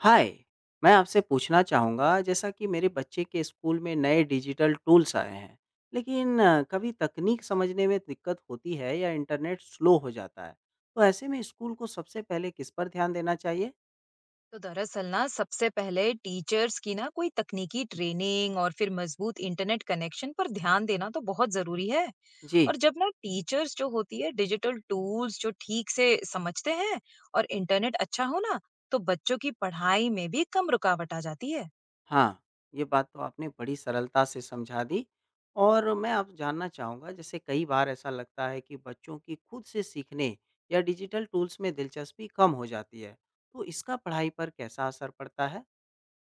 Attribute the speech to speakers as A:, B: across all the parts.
A: हाय, मैं आपसे पूछना चाहूँगा जैसा कि मेरे बच्चे के स्कूल में नए डिजिटल टूल्स आए हैं, लेकिन कभी तकनीक समझने में दिक्कत होती है या इंटरनेट स्लो हो जाता है, तो ऐसे में स्कूल को सबसे पहले किस पर ध्यान देना चाहिए?
B: तो दरअसल ना सबसे पहले टीचर्स की ना कोई तकनीकी ट्रेनिंग और फिर मजबूत इंटरनेट कनेक्शन पर ध्यान देना तो बहुत जरूरी है। और
A: जी।
B: जब ना टीचर्स जो होती है डिजिटल टूल्स जो ठीक से समझते हैं और इंटरनेट अच्छा हो ना, तो बच्चों की पढ़ाई में भी कम रुकावट आ जाती है।
A: हाँ, ये बात तो आपने बड़ी सरलता से समझा दी। और मैं आप जानना चाहूँगा जैसे कई बार ऐसा लगता है कि बच्चों की खुद से सीखने या डिजिटल टूल्स में दिलचस्पी कम हो जाती है, तो इसका पढ़ाई पर कैसा असर पड़ता है?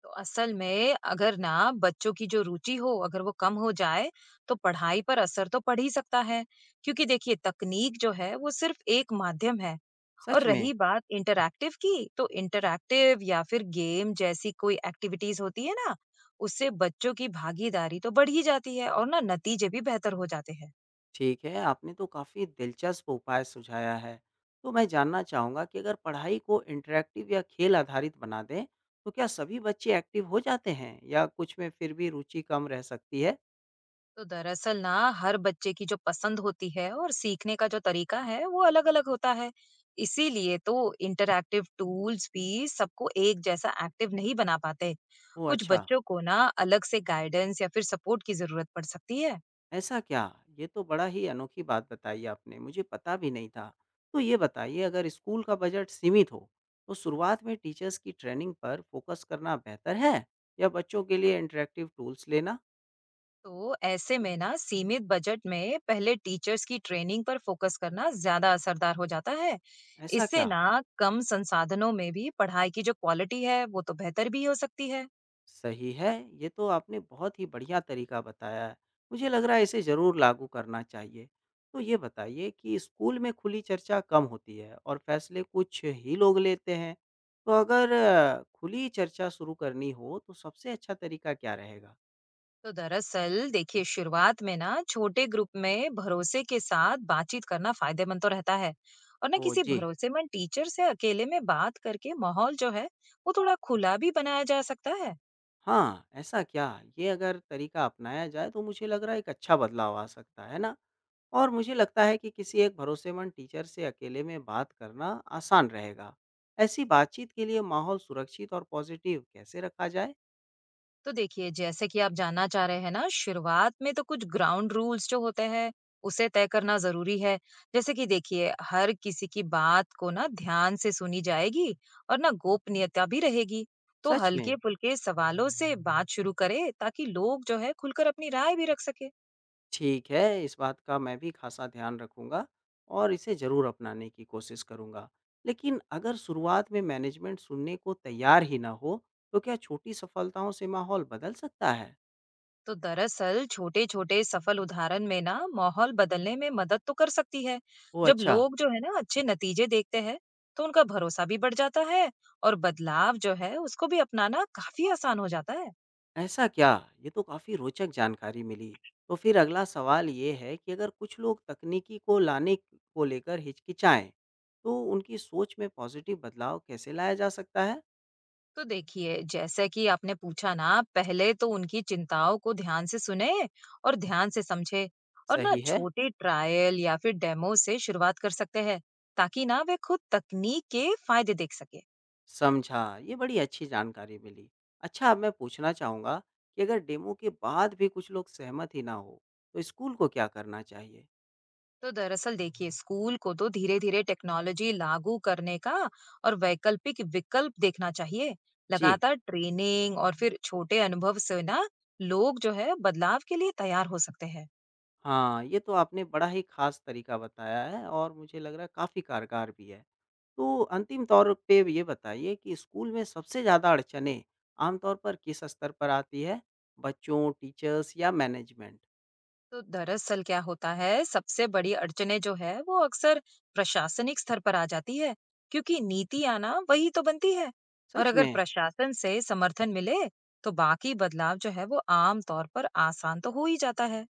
B: तो असल में अगर ना बच्चों की जो रुचि हो अगर वो कम हो जाए, तो पढ़ाई पर असर तो पड़ ही सकता है, क्योंकि देखिए तकनीक जो है वो सिर्फ एक माध्यम है। और
A: सच में?
B: रही बात इंटरैक्टिव की, तो इंटरैक्टिव या फिर गेम जैसी कोई एक्टिविटीज़ होती है ना, उससे बच्चों की भागीदारी तो बढ़ ही जाती है और ना नतीजे भी बेहतर हो जाते हैं।
A: ठीक है, आपने तो काफ़ी दिलचस्प उपाय सुझाया है। तो मैं जानना चाहूँगा कि अगर पढ़ाई को इंटरैक्टिव या खेल आधारित बना दें, तो क्या सभी बच्चे एक्टिव हो जाते हैं या कुछ में फिर भी रुचि कम रह सकती है?
B: तो दरअसल ना हर बच्चे की जो पसंद होती है और सीखने का जो तरीका है वो अलग-अलग होता है। इसीलिए तो इंटरैक्टिव टूल्स भी सबको एक जैसा एक्टिव नहीं बना पाते।
A: ओह
B: कुछ
A: अच्छा।
B: बच्चों को ना अलग से गाइडेंस या फिर सपोर्ट की ज़रूरत पड़ सकती है।
A: ऐसा क्या? ये तो बड़ा ही अनोखी बात बताई आपने, मुझे पता भी नहीं था। तो ये बताइए अगर स्कूल का बजट सीमित हो, तो शुरुआत में टीचर्स की ट्रेनिंग पर फोकस करना बेहतर है या बच्चों के लिए इंटरैक्टिव टूल्स लेना?
B: तो ऐसे में ना सीमित बजट में पहले टीचर्स की ट्रेनिंग पर फोकस करना ज्यादा असरदार हो जाता है।
A: ऐसा
B: इससे
A: क्या?
B: ना कम संसाधनों में भी पढ़ाई की जो क्वालिटी है वो तो बेहतर भी हो सकती है।
A: सही है। ये तो आपने बहुत ही बढ़िया तरीका बताया है। मुझे लग रहा है इसे ज़रूर लागू करना चाहिए। तो ये बताइए कि स्कूल में खुली चर्चा कम होती है और फैसले कुछ ही लोग लेते हैं। तो अगर खुली चर्चा शुरू करनी हो तो सबसे अच्छा तरीका क्या रहेगा?
B: तो दरअसल देखिए शुरुआत में ना छोटे ग्रुप में भरोसे के साथ बातचीत करना फायदेमंद तो रहता है, और ना
A: ओह
B: किसी
A: जी।
B: भरोसेमंद टीचर से अकेले में बात करके माहौल जो है वो थोड़ा खुला भी बनाया जा सकता है।
A: हाँ, ऐसा क्या? ये अगर तरीका अपनाया जाए तो मुझे लग रहा है एक अच्छा बदलाव आ सकता है ना? और मुझे लगता है कि किसी एक भरोसेमंद टीचर से अकेले में बात करना आसान रहेगा। ऐसी बातचीत के लिए माहौल सुरक्षित और पॉजिटिव कैसे रखा जाए?
B: तो देखिए जैसे कि आप जानना चाह रहे हैं ना, शुरुआत में तो कुछ ग्राउंड रूल्स जो होते हैं उसे तय करना जरूरी है। जैसे कि देखिए हर किसी की बात को ना ध्यान से सुनी जाएगी और ना गोपनीयता भी रहेगी। तो
A: सच में?
B: हल्के फुल्के सवालों से बात शुरू करें ताकि लोग जो है खुलकर अपनी राय भी रख सके।
A: ठीक है, इस बात का मैं भी खासा ध्यान रखूंगा और इसे ज़रूर अपनाने की कोशिश करूंगा। लेकिन अगर शुरुआत में मैनेजमेंट सुनने को तैयार ही ना हो, तो क्या छोटी सफलताओं से माहौल बदल सकता है?
B: तो दरअसल छोटे छोटे सफल उदाहरण में ना माहौल बदलने में मदद तो कर सकती है।
A: ओह
B: जब
A: अच्छा।
B: लोग जो है ना अच्छे नतीजे देखते हैं, तो उनका भरोसा भी बढ़ जाता है और बदलाव जो है उसको भी अपनाना काफी आसान हो जाता है।
A: ऐसा क्या? ये तो काफ़ी रोचक जानकारी मिली। तो फिर अगला सवाल ये है कि अगर कुछ लोग तकनीकी को लाने को लेकर हिचकिचाएँ, तो उनकी सोच में पॉजिटिव बदलाव कैसे लाया जा सकता है?
B: तो देखिए जैसे कि आपने पूछा ना, पहले तो उनकी चिंताओं को ध्यान से सुने और ध्यान से समझे, और ना
A: सही है।
B: छोटे ट्रायल या फिर डेमो से शुरुआत कर सकते हैं ताकि ना वे खुद तकनीक के फायदे देख सके।
A: समझा। ये बड़ी अच्छी जानकारी मिली। अच्छा, अब मैं पूछना चाहूँगा कि अगर डेमो के बाद भी कुछ लोग सहमत ही ना हो, तो स्कूल को क्या करना चाहिए?
B: तो दरअसल देखिए स्कूल को तो धीरे धीरे टेक्नोलॉजी लागू करने का और वैकल्पिक विकल्प देखना चाहिए।
A: जी।
B: लगातार ट्रेनिंग और फिर छोटे अनुभव से ना लोग जो है बदलाव के लिए तैयार हो सकते हैं।
A: हाँ, ये तो आपने बड़ा ही ख़ास तरीका बताया है और मुझे लग रहा है काफ़ी कारगर भी है। तो अंतिम तौर पे ये बताइए कि स्कूल में सबसे ज़्यादा अड़चनें आमतौर पर किस स्तर पर आती है? बच्चों, टीचर्स या मैनेजमेंट?
B: तो दरअसल क्या होता है सबसे बड़ी अड़चने जो है वो अक्सर प्रशासनिक स्तर पर आ जाती है, क्योंकि नीति आना वही तो बनती है। और
A: सच
B: अगर
A: में?
B: प्रशासन से समर्थन मिले, तो बाकी बदलाव जो है वो आम तौर पर आसान तो हो ही जाता है।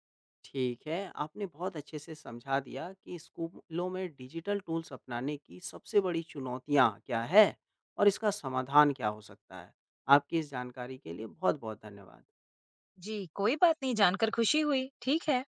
A: ठीक है, आपने बहुत अच्छे से समझा दिया कि स्कूलों में डिजिटल टूल्स अपनाने की सबसे बड़ी चुनौतियाँ क्या है और इसका समाधान क्या हो सकता है। आपकी इस जानकारी के लिए बहुत-बहुत धन्यवाद।
B: जी, कोई बात नहीं, जानकर खुशी हुई। ठीक है।